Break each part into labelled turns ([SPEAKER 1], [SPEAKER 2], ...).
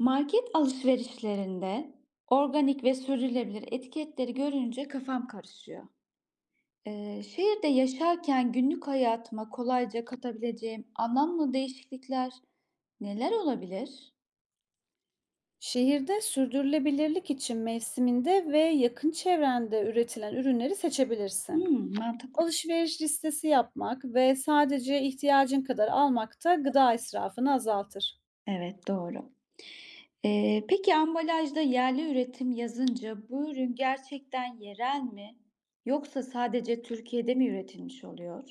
[SPEAKER 1] Market alışverişlerinde organik ve sürdürülebilir etiketleri görünce kafam karışıyor. Şehirde yaşarken günlük hayatıma kolayca katabileceğim anlamlı değişiklikler neler olabilir?
[SPEAKER 2] Şehirde sürdürülebilirlik için mevsiminde ve yakın çevrende üretilen ürünleri seçebilirsin.
[SPEAKER 1] Hmm, mantıklı.
[SPEAKER 2] Alışveriş listesi yapmak ve sadece ihtiyacın kadar almak da gıda israfını azaltır.
[SPEAKER 1] Evet, doğru. Peki ambalajda yerli üretim yazınca bu ürün gerçekten yerel mi? Yoksa sadece Türkiye'de mi üretilmiş oluyor?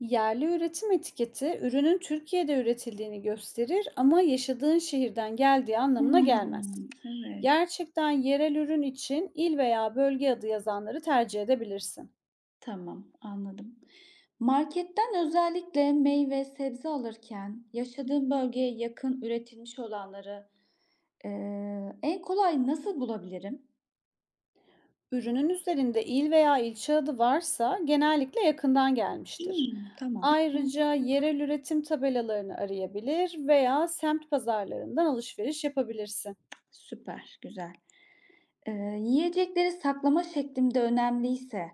[SPEAKER 2] Yerli üretim etiketi ürünün Türkiye'de üretildiğini gösterir ama yaşadığın şehirden geldiği anlamına
[SPEAKER 1] Hmm,
[SPEAKER 2] gelmez.
[SPEAKER 1] evet,
[SPEAKER 2] Gerçekten yerel ürün için il veya bölge adı yazanları tercih edebilirsin.
[SPEAKER 1] tamam, anladım. Marketten özellikle meyve, sebze alırken yaşadığım bölgeye yakın üretilmiş olanları en kolay nasıl bulabilirim?
[SPEAKER 2] Ürünün üzerinde il veya ilçe adı varsa genellikle yakından gelmiştir.
[SPEAKER 1] Hımm, tamam.
[SPEAKER 2] Ayrıca yerel üretim tabelalarını arayabilir veya semt pazarlarından alışveriş yapabilirsin.
[SPEAKER 1] Süper, güzel. Yiyecekleri saklama şeklimde de önemliyse,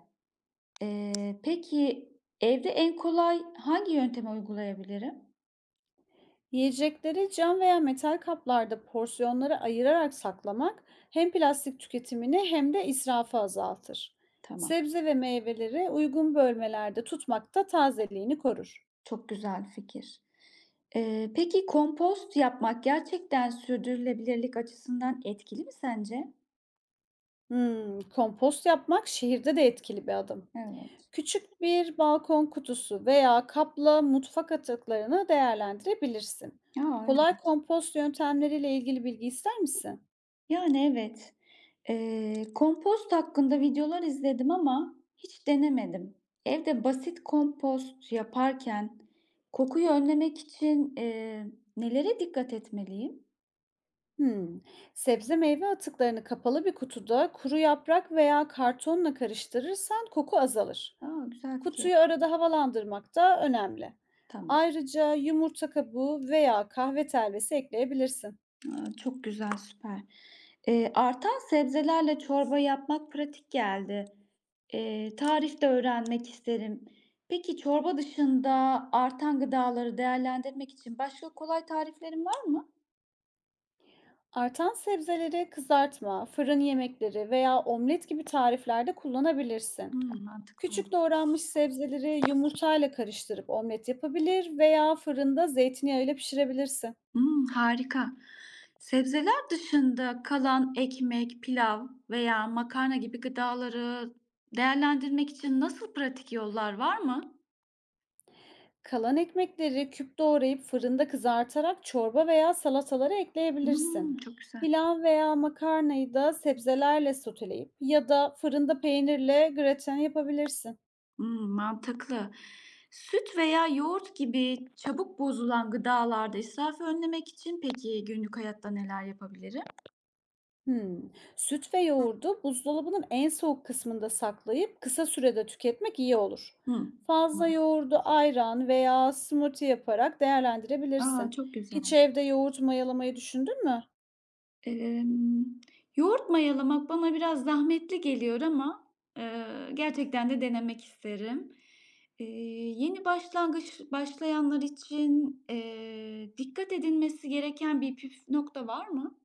[SPEAKER 1] eee, peki evde en kolay hangi yöntemi uygulayabilirim?
[SPEAKER 2] Yiyecekleri cam veya metal kaplarda porsiyonlara ayırarak saklamak hem plastik tüketimini hem de israfı azaltır.
[SPEAKER 1] Tamam,
[SPEAKER 2] Sebze ve meyveleri uygun bölmelerde tutmak da tazeliğini korur.
[SPEAKER 1] çok güzel fikir. Peki kompost yapmak gerçekten sürdürülebilirlik açısından etkili mi sence?
[SPEAKER 2] Hmm, kompost yapmak şehirde de etkili bir adım.
[SPEAKER 1] Evet.
[SPEAKER 2] Küçük bir balkon kutusu veya kapla mutfak atıklarını değerlendirebilirsin.
[SPEAKER 1] Aa,
[SPEAKER 2] Kolay
[SPEAKER 1] evet.
[SPEAKER 2] kompost yöntemleriyle ilgili bilgi ister misin?
[SPEAKER 1] Yani, evet. Kompost hakkında videolar izledim ama hiç denemedim. Evde basit kompost yaparken kokuyu önlemek için, nelere dikkat etmeliyim?
[SPEAKER 2] Hmm. Sebze meyve atıklarını kapalı bir kutuda kuru yaprak veya kartonla karıştırırsan koku azalır.
[SPEAKER 1] A, güzel fikir.
[SPEAKER 2] Kutuyu arada havalandırmak da önemli.
[SPEAKER 1] Tamam.
[SPEAKER 2] Ayrıca yumurta kabuğu veya kahve telvesi ekleyebilirsin.
[SPEAKER 1] A, çok güzel, süper. Artan sebzelerle çorba yapmak pratik geldi. Tarif de öğrenmek isterim. Peki çorba dışında artan gıdaları değerlendirmek için başka kolay tariflerin var mı?
[SPEAKER 2] Artan sebzeleri kızartma, fırın yemekleri veya omlet gibi tariflerde kullanabilirsin.
[SPEAKER 1] Hımm, mantıklı.
[SPEAKER 2] Küçük doğranmış sebzeleri yumurtayla karıştırıp omlet yapabilir veya fırında zeytinyağıyla pişirebilirsin.
[SPEAKER 1] Hımm, harika. Sebzeler dışında kalan ekmek, pilav veya makarna gibi gıdaları değerlendirmek için nasıl pratik yollar var mı?
[SPEAKER 2] Kalan ekmekleri küp doğrayıp fırında kızartarak çorba veya salatalara ekleyebilirsin.
[SPEAKER 1] Hımm, çok güzel.
[SPEAKER 2] Pilav veya makarnayı da sebzelerle soteleyip ya da fırında peynirle gratin yapabilirsin.
[SPEAKER 1] Hımm, mantıklı. Süt veya yoğurt gibi çabuk bozulan gıdalarda israfı önlemek için peki günlük hayatta neler yapabilirim?
[SPEAKER 2] Hımm. Süt ve yoğurdu buzdolabının en soğuk kısmında saklayıp kısa sürede tüketmek iyi olur.
[SPEAKER 1] Hı.
[SPEAKER 2] Fazla yoğurdu ayran veya smoothie yaparak
[SPEAKER 1] A!
[SPEAKER 2] değerlendirebilirsin.
[SPEAKER 1] Çok
[SPEAKER 2] Hiç
[SPEAKER 1] güzel.
[SPEAKER 2] evde yoğurt mayalamayı düşündün mü?
[SPEAKER 1] Emm, Yoğurt mayalamak bana biraz zahmetli geliyor ama gerçekten de denemek isterim. Eee, Yeni başlangıç başlayanlar için, dikkat edilmesi gereken bir püf nokta var mı?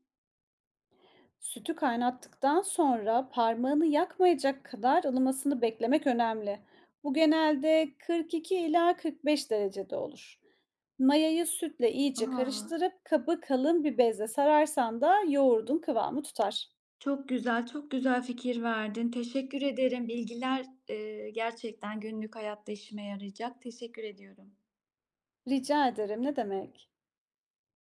[SPEAKER 2] Sütü kaynattıktan sonra parmağını yakmayacak kadar ılımasını beklemek önemli. Bu genelde 42 ila 45 derecede olur. Mayayı sütle iyice
[SPEAKER 1] A!
[SPEAKER 2] karıştırıp kabı kalın bir bezle sararsan da yoğurdun kıvamı tutar.
[SPEAKER 1] Çok güzel, çok güzel fikir verdin. Teşekkür ederim. Bilgiler gerçekten günlük hayatta işime yarayacak. Teşekkür ediyorum.
[SPEAKER 2] Rica ederim, ne demek.